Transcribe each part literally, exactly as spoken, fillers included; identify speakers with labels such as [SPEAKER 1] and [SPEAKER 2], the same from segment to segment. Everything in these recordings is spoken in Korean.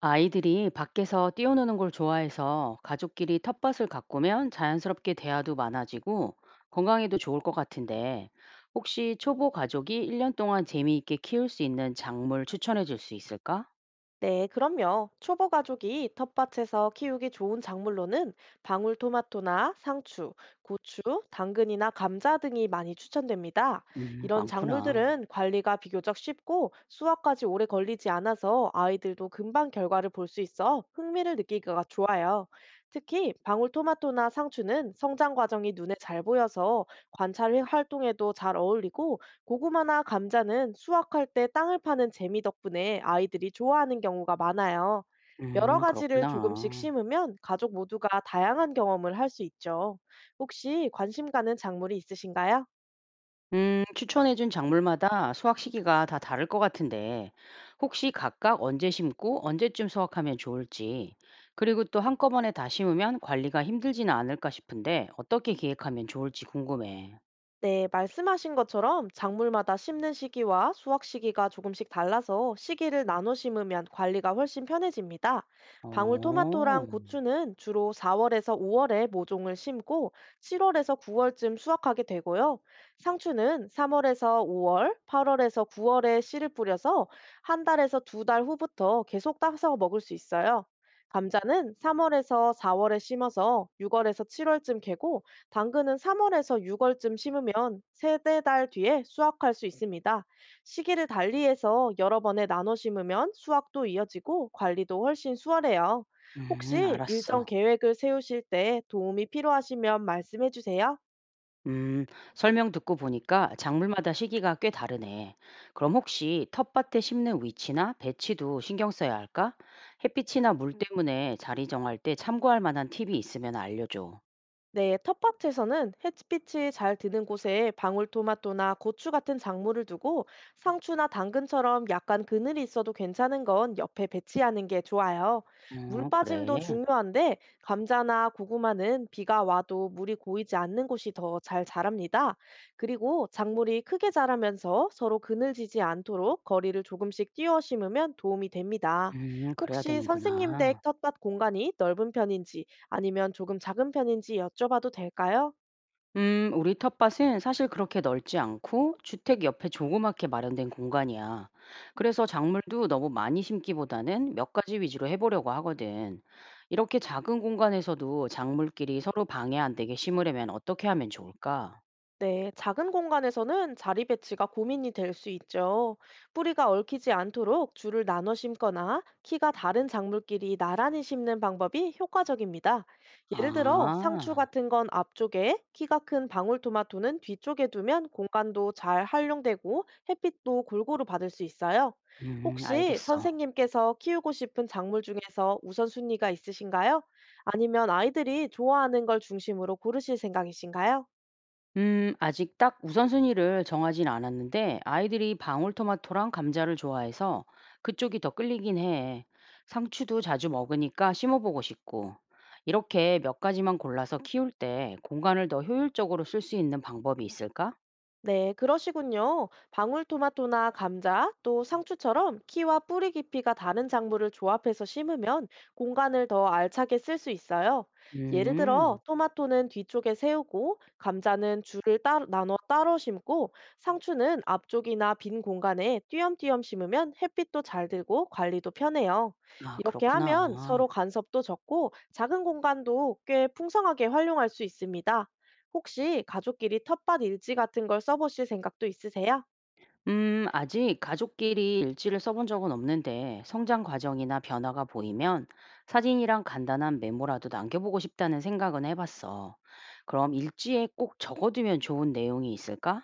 [SPEAKER 1] 아이들이 밖에서 뛰어노는 걸 좋아해서 가족끼리 텃밭을 가꾸면 자연스럽게 대화도 많아지고 건강에도 좋을 것 같은데 혹시 초보 가족이 일 년 동안 재미있게 키울 수 있는 작물 추천해 줄 수 있을까?
[SPEAKER 2] 네, 그럼요. 초보 가족이 텃밭에서 키우기 좋은 작물로는 방울토마토나 상추, 고추, 당근이나 감자 등이 많이 추천됩니다.
[SPEAKER 1] 음,
[SPEAKER 2] 이런
[SPEAKER 1] 많구나.
[SPEAKER 2] 작물들은 관리가 비교적 쉽고 수확까지 오래 걸리지 않아서 아이들도 금방 결과를 볼 수 있어 흥미를 느끼기가 좋아요. 특히 방울토마토나 상추는 성장 과정이 눈에 잘 보여서 관찰 활동에도 잘 어울리고 고구마나 감자는 수확할 때 땅을 파는 재미 덕분에 아이들이 좋아하는 경우가 많아요. 여러
[SPEAKER 1] 음,
[SPEAKER 2] 가지를 조금씩
[SPEAKER 1] 그렇구나.
[SPEAKER 2] 심으면 가족 모두가 다양한 경험을 할 수 있죠. 혹시 관심 가는 작물이 있으신가요?
[SPEAKER 1] 음, 추천해준 작물마다 수확 시기가 다 다를 것 같은데, 혹시 각각 언제 심고 언제쯤 수확하면 좋을지, 그리고 또 한꺼번에 다 심으면 관리가 힘들지는 않을까 싶은데, 어떻게 기획하면 좋을지 궁금해.
[SPEAKER 2] 네, 말씀하신 것처럼 작물마다 심는 시기와 수확 시기가 조금씩 달라서 시기를 나눠 심으면 관리가 훨씬 편해집니다.
[SPEAKER 1] 어,
[SPEAKER 2] 방울토마토랑 고추는 주로 사 월에서 오 월에 모종을 심고 칠 월에서 구 월쯤 수확하게 되고요. 상추는 삼 월에서 오 월, 팔 월에서 구 월에 씨를 뿌려서 한 달에서 두 달 후부터 계속 따서 먹을 수 있어요. 감자는 삼 월에서 사 월에 심어서 유 월에서 칠 월쯤 개고 당근은 삼 월에서 유 월쯤 심으면 세대 달 뒤에 수확할 수 있습니다. 시기를 달리해서 여러 번에 나눠 심으면 수확도 이어지고 관리도 훨씬 수월해요.
[SPEAKER 1] 음,
[SPEAKER 2] 혹시 일정
[SPEAKER 1] 알았어.
[SPEAKER 2] 계획을 세우실 때 도움이 필요하시면 말씀해 주세요.
[SPEAKER 1] 음, 설명 듣고 보니까 작물마다 시기가 꽤 다르네. 그럼 혹시 텃밭에 심는 위치나 배치도 신경 써야 할까? 햇빛이나 물 때문에 자리 정할 때 참고할 만한 팁이 있으면 알려줘.
[SPEAKER 2] 네, 텃밭에서는 햇빛이 잘 드는 곳에 방울토마토나 고추 같은 작물을 두고 상추나 당근처럼 약간 그늘이 있어도 괜찮은 건 옆에 배치하는 게 좋아요. 물
[SPEAKER 1] 어 그래.
[SPEAKER 2] 빠짐도 중요한데 감자나 고구마는 비가 와도 물이 고이지 않는 곳이 더 잘 자랍니다. 그리고 작물이 크게 자라면서 서로 그늘지지 않도록 거리를 조금씩 띄워 심으면 도움이 됩니다.
[SPEAKER 1] 음 그래야
[SPEAKER 2] 혹시 선생님
[SPEAKER 1] 되는구나.
[SPEAKER 2] 댁 텃밭 공간이 넓은 편인지 아니면 조금 작은 편인지 여쭤봐도 될까요?
[SPEAKER 1] 음 우리 텃밭은 사실 그렇게 넓지 않고 주택 옆에 조그맣게 마련된 공간이야. 그래서 작물도 너무 많이 심기보다는 몇 가지 위주로 해 보려고 하거든. 이렇게 작은 공간에서도 작물끼리 서로 방해 안 되게 심으려면 어떻게 하면 좋을까?
[SPEAKER 2] 네, 작은 공간에서는 자리 배치가 고민이 될 수 있죠. 뿌리가 얽히지 않도록 줄을 나눠 심거나 키가 다른 작물끼리 나란히 심는 방법이 효과적입니다. 예를 들어, 상추
[SPEAKER 1] 아.
[SPEAKER 2] 같은 건 앞쪽에, 키가 큰 방울토마토는 뒤쪽에 두면 공간도 잘 활용되고 햇빛도 골고루 받을 수 있어요.
[SPEAKER 1] 음
[SPEAKER 2] 혹시
[SPEAKER 1] 알겠어.
[SPEAKER 2] 선생님께서 키우고 싶은 작물 중에서 우선순위가 있으신가요? 아니면 아이들이 좋아하는 걸 중심으로 고르실 생각이신가요?
[SPEAKER 1] 음, 아직 딱 우선순위를 정하진 않았는데 아이들이 방울토마토랑 감자를 좋아해서 그쪽이 더 끌리긴 해. 상추도 자주 먹으니까 심어보고 싶고. 이렇게 몇 가지만 골라서 키울 때 공간을 더 효율적으로 쓸 수 있는 방법이 있을까?
[SPEAKER 2] 네, 그러시군요. 방울토마토나 감자, 또 상추처럼 키와 뿌리 깊이가 다른 작물을 조합해서 심으면 공간을 더 알차게 쓸 수 있어요. 예를 들어,
[SPEAKER 1] 음,
[SPEAKER 2] 토마토는 뒤쪽에 세우고, 감자는 줄을 따, 나눠 따로 심고, 상추는 앞쪽이나 빈 공간에 띄엄띄엄 심으면 햇빛도 잘 들고 관리도 편해요.
[SPEAKER 1] 아,
[SPEAKER 2] 이렇게
[SPEAKER 1] 그렇구나.
[SPEAKER 2] 하면 서로 간섭도 적고, 작은 공간도 꽤 풍성하게 활용할 수 있습니다. 혹시 가족끼리 텃밭 일지 같은 걸 써보실 생각도 있으세요?
[SPEAKER 1] 음, 아직 가족끼리 일지를 써본 적은 없는데 성장 과정이나 변화가 보이면 사진이랑 간단한 메모라도 남겨보고 싶다는 생각은 해봤어. 그럼 일지에 꼭 적어두면 좋은 내용이 있을까?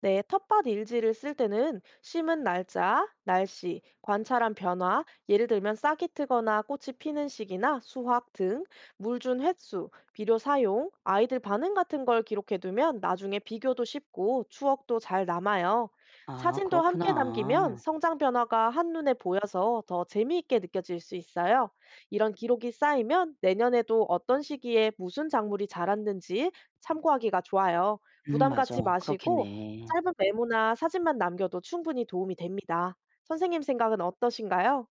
[SPEAKER 2] 네, 텃밭 일지를 쓸 때는 심은 날짜, 날씨, 관찰한 변화, 예를 들면 싹이 트거나 꽃이 피는 시기나 수확 등, 물 준 횟수, 비료 사용, 아이들 반응 같은 걸 기록해 두면 나중에 비교도 쉽고 추억도 잘 남아요.
[SPEAKER 1] 아,
[SPEAKER 2] 사진도 함께 남기면
[SPEAKER 1] 그렇구나.
[SPEAKER 2] 성장 변화가 한눈에 보여서 더 재미있게 느껴질 수 있어요. 이런 기록이 쌓이면 내년에도 어떤 시기에 무슨 작물이 자랐는지 참고하기가 좋아요.
[SPEAKER 1] 음,
[SPEAKER 2] 부담 갖지
[SPEAKER 1] 맞아.
[SPEAKER 2] 마시고
[SPEAKER 1] 그렇겠네.
[SPEAKER 2] 짧은 메모나 사진만 남겨도 충분히 도움이 됩니다. 선생님 생각은 어떠신가요?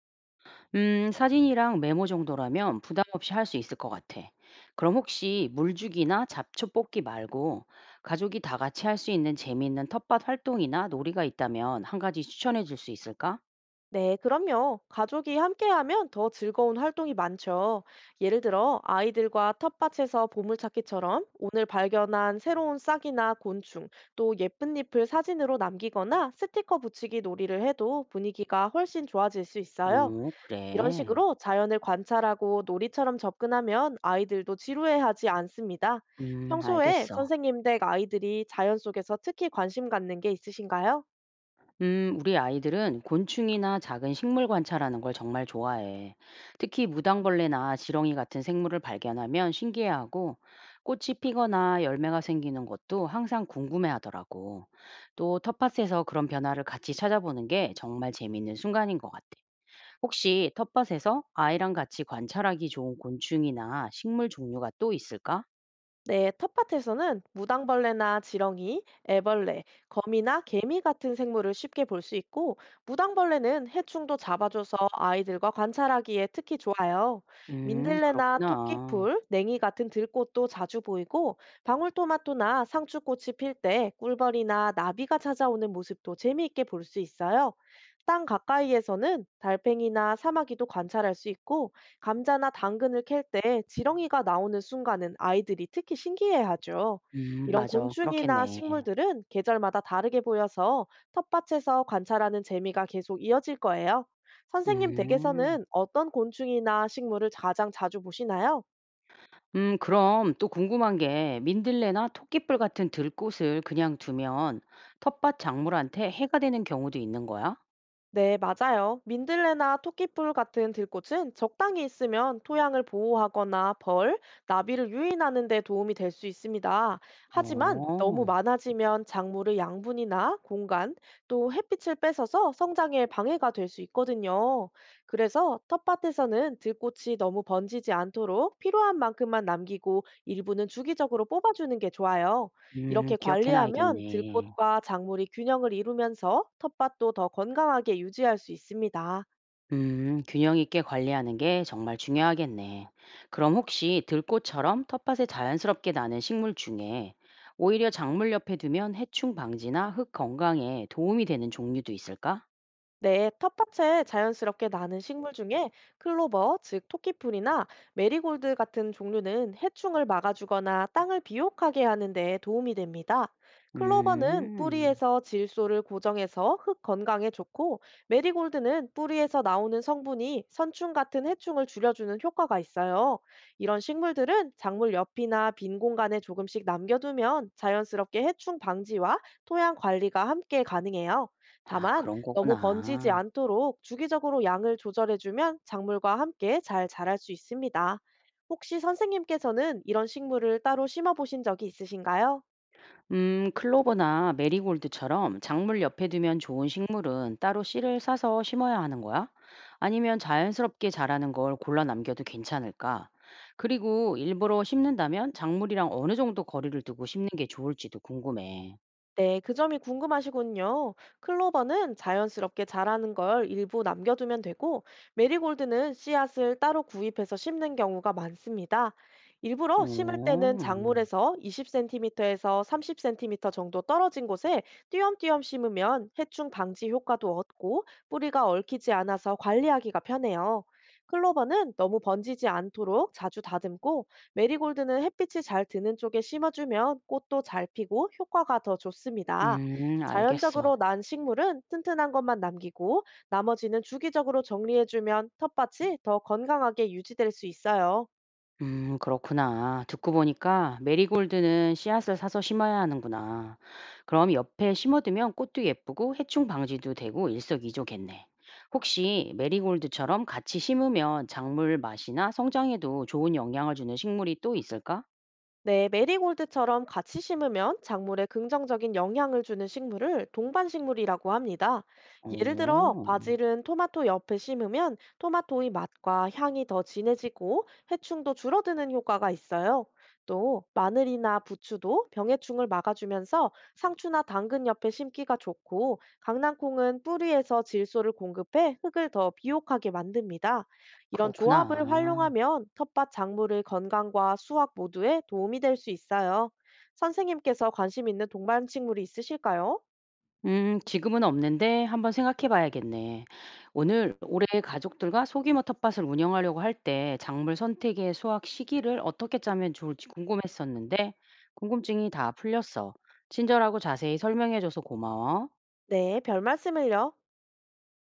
[SPEAKER 1] 음, 사진이랑 메모 정도라면 부담 없이 할 수 있을 것 같아. 그럼 혹시 물주기나 잡초 뽑기 말고 가족이 다 같이 할 수 있는 재미있는 텃밭 활동이나 놀이가 있다면 한 가지 추천해 줄 수 있을까?
[SPEAKER 2] 네, 그럼요. 가족이 함께하면 더 즐거운 활동이 많죠. 예를 들어, 아이들과 텃밭에서 보물찾기처럼 오늘 발견한 새로운 싹이나 곤충, 또 예쁜 잎을 사진으로 남기거나 스티커 붙이기 놀이를 해도 분위기가 훨씬 좋아질 수 있어요.
[SPEAKER 1] 오
[SPEAKER 2] 이런
[SPEAKER 1] 그래.
[SPEAKER 2] 식으로 자연을 관찰하고 놀이처럼 접근하면 아이들도 지루해하지 않습니다.
[SPEAKER 1] 음
[SPEAKER 2] 평소에
[SPEAKER 1] 알겠어.
[SPEAKER 2] 선생님 댁 아이들이 자연 속에서 특히 관심 갖는 게 있으신가요?
[SPEAKER 1] 음 우리 아이들은 곤충이나 작은 식물 관찰하는 걸 정말 좋아해. 특히 무당벌레나 지렁이 같은 생물을 발견하면 신기해하고 꽃이 피거나 열매가 생기는 것도 항상 궁금해하더라고. 또 텃밭에서 그런 변화를 같이 찾아보는 게 정말 재밌는 순간인 것 같아. 혹시 텃밭에서 아이랑 같이 관찰하기 좋은 곤충이나 식물 종류가 또 있을까?
[SPEAKER 2] 네, 텃밭에서는 무당벌레나 지렁이, 애벌레, 거미나 개미 같은 생물을 쉽게 볼 수 있고, 무당벌레는 해충도 잡아줘서 아이들과 관찰하기에 특히 좋아요.
[SPEAKER 1] 음
[SPEAKER 2] 민들레나
[SPEAKER 1] 그렇구나.
[SPEAKER 2] 토끼풀, 냉이 같은 들꽃도 자주 보이고, 방울토마토나 상추꽃이 필 때 꿀벌이나 나비가 찾아오는 모습도 재미있게 볼 수 있어요. 땅 가까이에서는 달팽이나 사마귀도 관찰할 수 있고, 감자나 당근을 캘 때 지렁이가 나오는 순간은 아이들이 특히 신기해하죠.
[SPEAKER 1] 음
[SPEAKER 2] 이런
[SPEAKER 1] 맞아.
[SPEAKER 2] 곤충이나
[SPEAKER 1] 그렇겠네.
[SPEAKER 2] 식물들은 계절마다 다르게 보여서 텃밭에서 관찰하는 재미가 계속 이어질 거예요. 선생님
[SPEAKER 1] 음.
[SPEAKER 2] 댁에서는 어떤 곤충이나 식물을 가장 자주 보시나요?
[SPEAKER 1] 음 그럼 또 궁금한 게 민들레나 토끼뿔 같은 들꽃을 그냥 두면 텃밭 작물한테 해가 되는 경우도 있는 거야?
[SPEAKER 2] 네, 맞아요. 민들레나 토끼풀 같은 들꽃은 적당히 있으면 토양을 보호하거나 벌, 나비를 유인하는 데 도움이 될 수 있습니다. 하지만 너무
[SPEAKER 1] 어.
[SPEAKER 2] 많아지면 작물의 양분이나 공간, 또 햇빛을 뺏어서 성장에 방해가 될 수 있거든요. 그래서 텃밭에서는 들꽃이 너무 번지지 않도록 필요한 만큼만 남기고 일부는 주기적으로 뽑아주는 게 좋아요.
[SPEAKER 1] 음
[SPEAKER 2] 이렇게
[SPEAKER 1] 기억해
[SPEAKER 2] 관리하면
[SPEAKER 1] 놔야겠네.
[SPEAKER 2] 들꽃과 작물이 균형을 이루면서 텃밭도 더 건강하게 유지할 수 있습니다.
[SPEAKER 1] 음 균형 있게 관리하는 게 정말 중요하겠네. 그럼 혹시 들꽃처럼 텃밭에 자연스럽게 나는 식물 중에 오히려 작물 옆에 두면 해충 방지나 흙 건강에 도움이 되는 종류도 있을까?
[SPEAKER 2] 네, 텃밭에 자연스럽게 나는 식물 중에 클로버, 즉 토끼풀이나 메리골드 같은 종류는 해충을 막아주거나 땅을 비옥하게 하는 데 도움이 됩니다. 클로버는
[SPEAKER 1] 음.
[SPEAKER 2] 뿌리에서 질소를 고정해서 흙 건강에 좋고, 메리골드는 뿌리에서 나오는 성분이 선충 같은 해충을 줄여주는 효과가 있어요. 이런 식물들은 작물 옆이나 빈 공간에 조금씩 남겨두면 자연스럽게 해충 방지와 토양 관리가 함께 가능해요.
[SPEAKER 1] 아
[SPEAKER 2] 다만,
[SPEAKER 1] 그런
[SPEAKER 2] 너무 번지지
[SPEAKER 1] 거구나.
[SPEAKER 2] 않도록 주기적으로 양을 조절해주면 작물과 함께 잘 자랄 수 있습니다. 혹시 선생님께서는 이런 식물을 따로 심어 보신 적이 있으신가요?
[SPEAKER 1] 음 클로버나 메리골드처럼 작물 옆에 두면 좋은 식물은 따로 씨를 싸서 심어야 하는 거야? 아니면 자연스럽게 자라는 걸 골라 남겨도 괜찮을까? 그리고 일부러 심는다면 작물이랑 어느 정도 거리를 두고 심는 게 좋을지도 궁금해.
[SPEAKER 2] 네, 그 점이 궁금하시군요. 클로버는 자연스럽게 자라는 걸 일부 남겨두면 되고, 메리골드는 씨앗을 따로 구입해서 심는 경우가 많습니다.
[SPEAKER 1] 어.
[SPEAKER 2] 일부러 심을 때는
[SPEAKER 1] 음
[SPEAKER 2] 작물에서 이십 센티미터에서 삼십 센티미터 정도 떨어진 곳에 띄엄띄엄 심으면 해충 방지 효과도 얻고, 뿌리가 얽히지 않아서 관리하기가 편해요. 클로버는 너무 번지지 않도록 자주 다듬고, 메리골드는 햇빛이 잘 드는 쪽에 심어주면 꽃도 잘 피고 효과가 더 좋습니다.
[SPEAKER 1] 음,
[SPEAKER 2] 자연적으로
[SPEAKER 1] 알겠어.
[SPEAKER 2] 난 식물은 튼튼한 것만 남기고 나머지는 주기적으로 정리해주면 텃밭이 더 건강하게 유지될 수 있어요.
[SPEAKER 1] 음, 그렇구나. 듣고 보니까 메리골드는 씨앗을 사서 심어야 하는구나. 그럼 옆에 심어두면 꽃도 예쁘고 해충 방지도 되고 일석이조겠네. 혹시 메리골드처럼 같이 심으면 작물 맛이나 성장에도 좋은 영향을 주는 식물이 또 있을까?
[SPEAKER 2] 네, 메리골드처럼 같이 심으면 작물에 긍정적인 영향을 주는 식물을 동반식물이라고 합니다. 예를 들어,
[SPEAKER 1] 오,
[SPEAKER 2] 바질은 토마토 옆에 심으면 토마토의 맛과 향이 더 진해지고 해충도 줄어드는 효과가 있어요. 또, 마늘이나 부추도 병해충을 막아주면서 상추나 당근 옆에 심기가 좋고, 강낭콩은 뿌리에서 질소를 공급해 흙을 더 비옥하게 만듭니다. 이런 조합을
[SPEAKER 1] 그렇구나.
[SPEAKER 2] 활용하면 텃밭 작물의 건강과 수확 모두에 도움이 될 수 있어요. 선생님께서 관심 있는 동반 식물이 있으실까요?
[SPEAKER 1] 음, 지금은 없는데 한번 생각해 봐야겠네. 오늘 올해 가족들과 소규모 텃밭을 운영하려고 할 때 작물 선택의 수확 시기를 어떻게 짜면 좋을지 궁금했었는데 궁금증이 다 풀렸어. 친절하고 자세히 설명해줘서 고마워.
[SPEAKER 2] 네, 별 말씀을요.